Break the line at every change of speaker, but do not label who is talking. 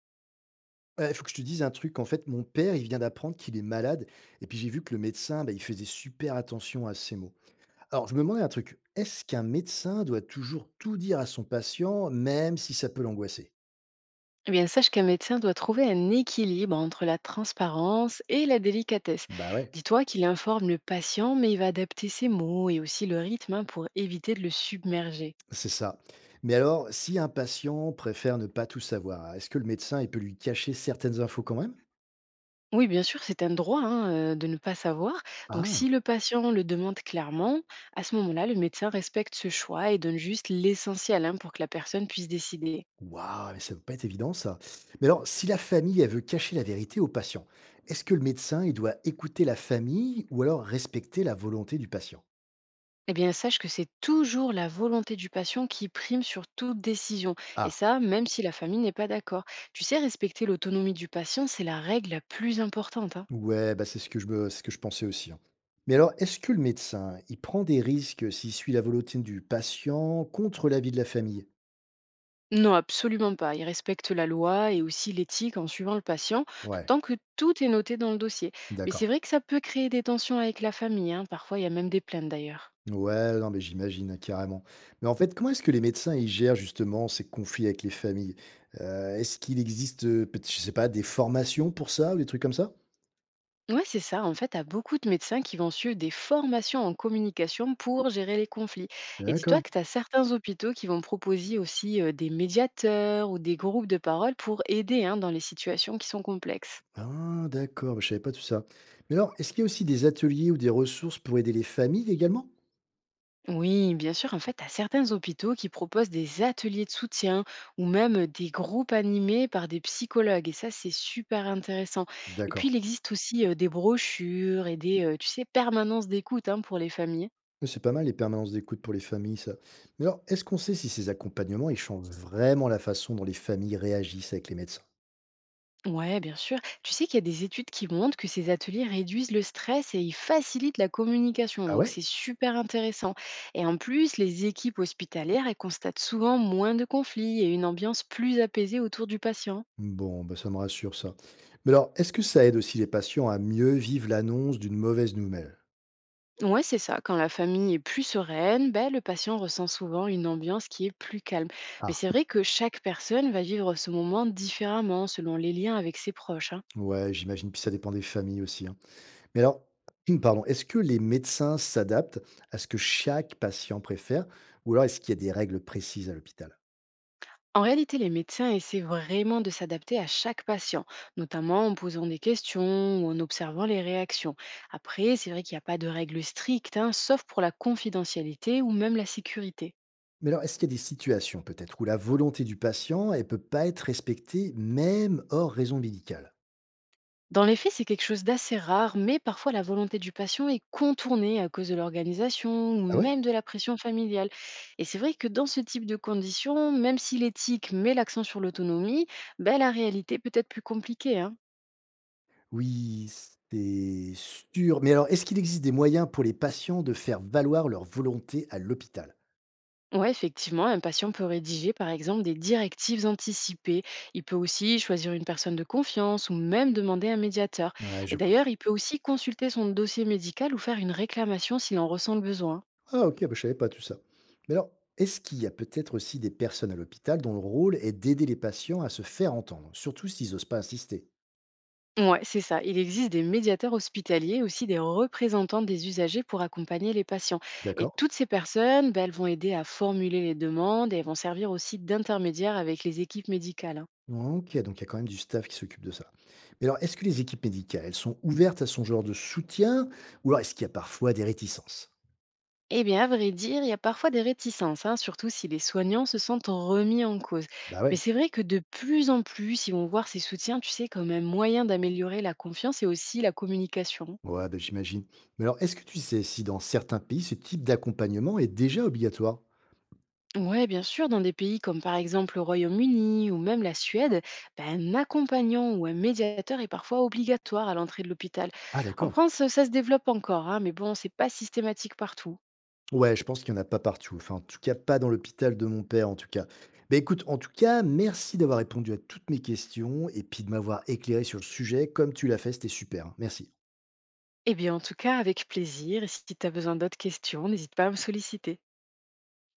Il faut que je te dise un truc, en fait, mon père, il vient d'apprendre qu'il est malade et puis j'ai vu que le médecin, bah, il faisait super attention à ses mots. Alors je me demandais un truc, est-ce qu'un médecin doit toujours tout dire à son patient, même si ça peut l'angoisser?
Eh bien, sache qu'un médecin doit trouver un équilibre entre la transparence et la délicatesse.
Bah, ouais,
Dis-toi qu'il informe le patient, mais il va adapter ses mots et aussi le rythme hein, pour éviter de le submerger.
c'est ça. Mais alors, si un patient préfère ne pas tout savoir, est-ce que le médecin, il peut lui cacher certaines infos quand même?
Oui, bien sûr, c'est un droit hein, de ne pas savoir. Donc,
Ah!
si le patient le demande clairement, à ce moment-là, le médecin respecte ce choix et donne juste l'essentiel hein, pour que la personne puisse décider.
Waouh, mais ça ne peut pas être évident ça. Mais alors, si la famille, elle veut cacher la vérité au patient, est-ce que le médecin, il doit écouter la famille ou alors respecter la volonté du patient?
Eh bien, sache que c'est toujours la volonté du patient qui prime sur toute décision. Et ça, même si la famille n'est pas d'accord. Tu sais, respecter l'autonomie du patient, c'est la règle la plus importante, hein.
Ouais, bah, c'est ce que je pensais aussi, hein. Mais alors, est-ce que le médecin, il prend des risques s'il suit la volonté du patient contre l'avis de la famille?
Non, absolument pas. Il respecte la loi et aussi l'éthique en suivant le patient,
Ouais,
tant que tout est noté dans le dossier. Mais c'est
d'accord.
vrai que ça peut créer des tensions avec la famille, hein. Parfois, il y a même des plaintes d'ailleurs.
Ouais, non, mais j'imagine, hein, carrément. Mais en fait, comment est-ce que les médecins, ils gèrent justement ces conflits avec les familles? Est-ce qu'il existe, peut je sais pas, des formations pour ça ou des trucs comme ça?
Ouais, c'est ça. En fait, tu as beaucoup de médecins qui vont suivre des formations en communication pour gérer les conflits. Et dis-toi
D'accord.
que tu as certains hôpitaux qui vont proposer aussi des médiateurs ou des groupes de parole pour aider hein, dans les situations qui sont complexes.
Ah d'accord, bah, je savais pas tout ça. Mais alors, est-ce qu'il y a aussi des ateliers ou des ressources pour aider les familles également?
Oui, bien sûr, en fait, tu as certains hôpitaux qui proposent des ateliers de soutien ou même des groupes animés par des psychologues. Et ça, c'est super intéressant. Et puis,
D'accord.
il existe aussi des brochures et des, tu sais, permanences d'écoute hein, pour les familles.
Ouais, c'est pas mal les permanences d'écoute pour les familles, ça. Mais alors, est-ce qu'on sait si ces accompagnements ils changent vraiment la façon dont les familles réagissent avec les médecins?
Ouais, bien sûr. Tu sais qu'il y a des études qui montrent que ces ateliers réduisent le stress et ils facilitent la communication.
Ah
Donc,
ouais?
c'est super intéressant. Et en plus, les équipes hospitalières, elles constatent souvent moins de conflits et une ambiance plus apaisée autour du patient.
Bon, bah ça me rassure ça. Mais alors, est-ce que ça aide aussi les patients à mieux vivre l'annonce d'une mauvaise nouvelle?
Ouais, c'est ça. Quand la famille est plus sereine, ben, le patient ressent souvent une ambiance qui est plus calme. Mais
Ah,
c'est vrai que chaque personne va vivre ce moment différemment selon les liens avec ses proches, hein.
ouais, j'imagine, puis ça dépend des familles aussi, hein. Mais alors, pardon, est-ce que les médecins s'adaptent à ce que chaque patient préfère, ou alors est-ce qu'il y a des règles précises à l'hôpital?
En réalité, les médecins essaient vraiment de s'adapter à chaque patient, notamment en posant des questions ou en observant les réactions. Après, c'est vrai qu'il n'y a pas de règles strictes, hein, sauf pour la confidentialité ou même la sécurité.
Mais alors, est-ce qu'il y a des situations peut-être où la volonté du patient, elle peut pas être respectée même hors raison médicale?
Dans les faits, c'est quelque chose d'assez rare, mais parfois la volonté du patient est contournée à cause de l'organisation ou
Ah ouais?
même de la pression familiale. Et c'est vrai que dans ce type de conditions, même si l'éthique met l'accent sur l'autonomie, ben, la réalité peut être plus compliquée, hein.
Oui, c'est sûr. Mais alors, est-ce qu'il existe des moyens pour les patients de faire valoir leur volonté à l'hôpital?
Ouais, effectivement, un patient peut rédiger par exemple des directives anticipées. Il peut aussi choisir une personne de confiance ou même demander un médiateur.
Ouais,
Et
je vois.
d'ailleurs, il peut aussi consulter son dossier médical ou faire une réclamation s'il en ressent le besoin.
Ah OK, bah, je savais pas tout ça. Mais alors, est-ce qu'il y a peut-être aussi des personnes à l'hôpital dont le rôle est d'aider les patients à se faire entendre, surtout s'ils n'osent pas insister?
Ouais, c'est ça. Il existe des médiateurs hospitaliers, aussi des représentants des usagers pour accompagner les patients. Et
D'accord.
toutes ces personnes, ben, elles vont aider à formuler les demandes et elles vont servir aussi d'intermédiaires avec les équipes médicales, hein.
OK, donc il y a quand même du staff qui s'occupe de ça. Mais alors, est-ce que les équipes médicales, elles sont ouvertes à son genre de soutien ou alors est-ce qu'il y a parfois des réticences?
Eh bien, à vrai dire, il y a parfois des réticences, hein, surtout si les soignants se sentent remis en cause.
Bah
Mais
ouais,
c'est vrai que de plus en plus, ils vont voir ces soutiens, tu sais, comme un moyen d'améliorer la confiance et aussi la communication.
ouais, bah j'imagine. Mais alors, est-ce que tu sais si dans certains pays, ce type d'accompagnement est déjà obligatoire?
Ouais, bien sûr, dans des pays comme par exemple le Royaume-Uni ou même la Suède, ben, un accompagnant ou un médiateur est parfois obligatoire à l'entrée de l'hôpital.
Ah
En
d'accord.
France, ça se développe encore, hein, mais bon, c'est pas systématique partout.
Ouais, je pense qu'il n'y en a pas partout. Enfin, en tout cas, pas dans l'hôpital de mon père, en tout cas. Bah écoute, en tout cas, merci d'avoir répondu à toutes mes questions et puis de m'avoir éclairé sur le sujet comme tu l'as fait, c'était super. Hein. Merci.
Eh bien, en tout cas, avec plaisir. Et si tu as besoin d'autres questions, n'hésite pas à me solliciter.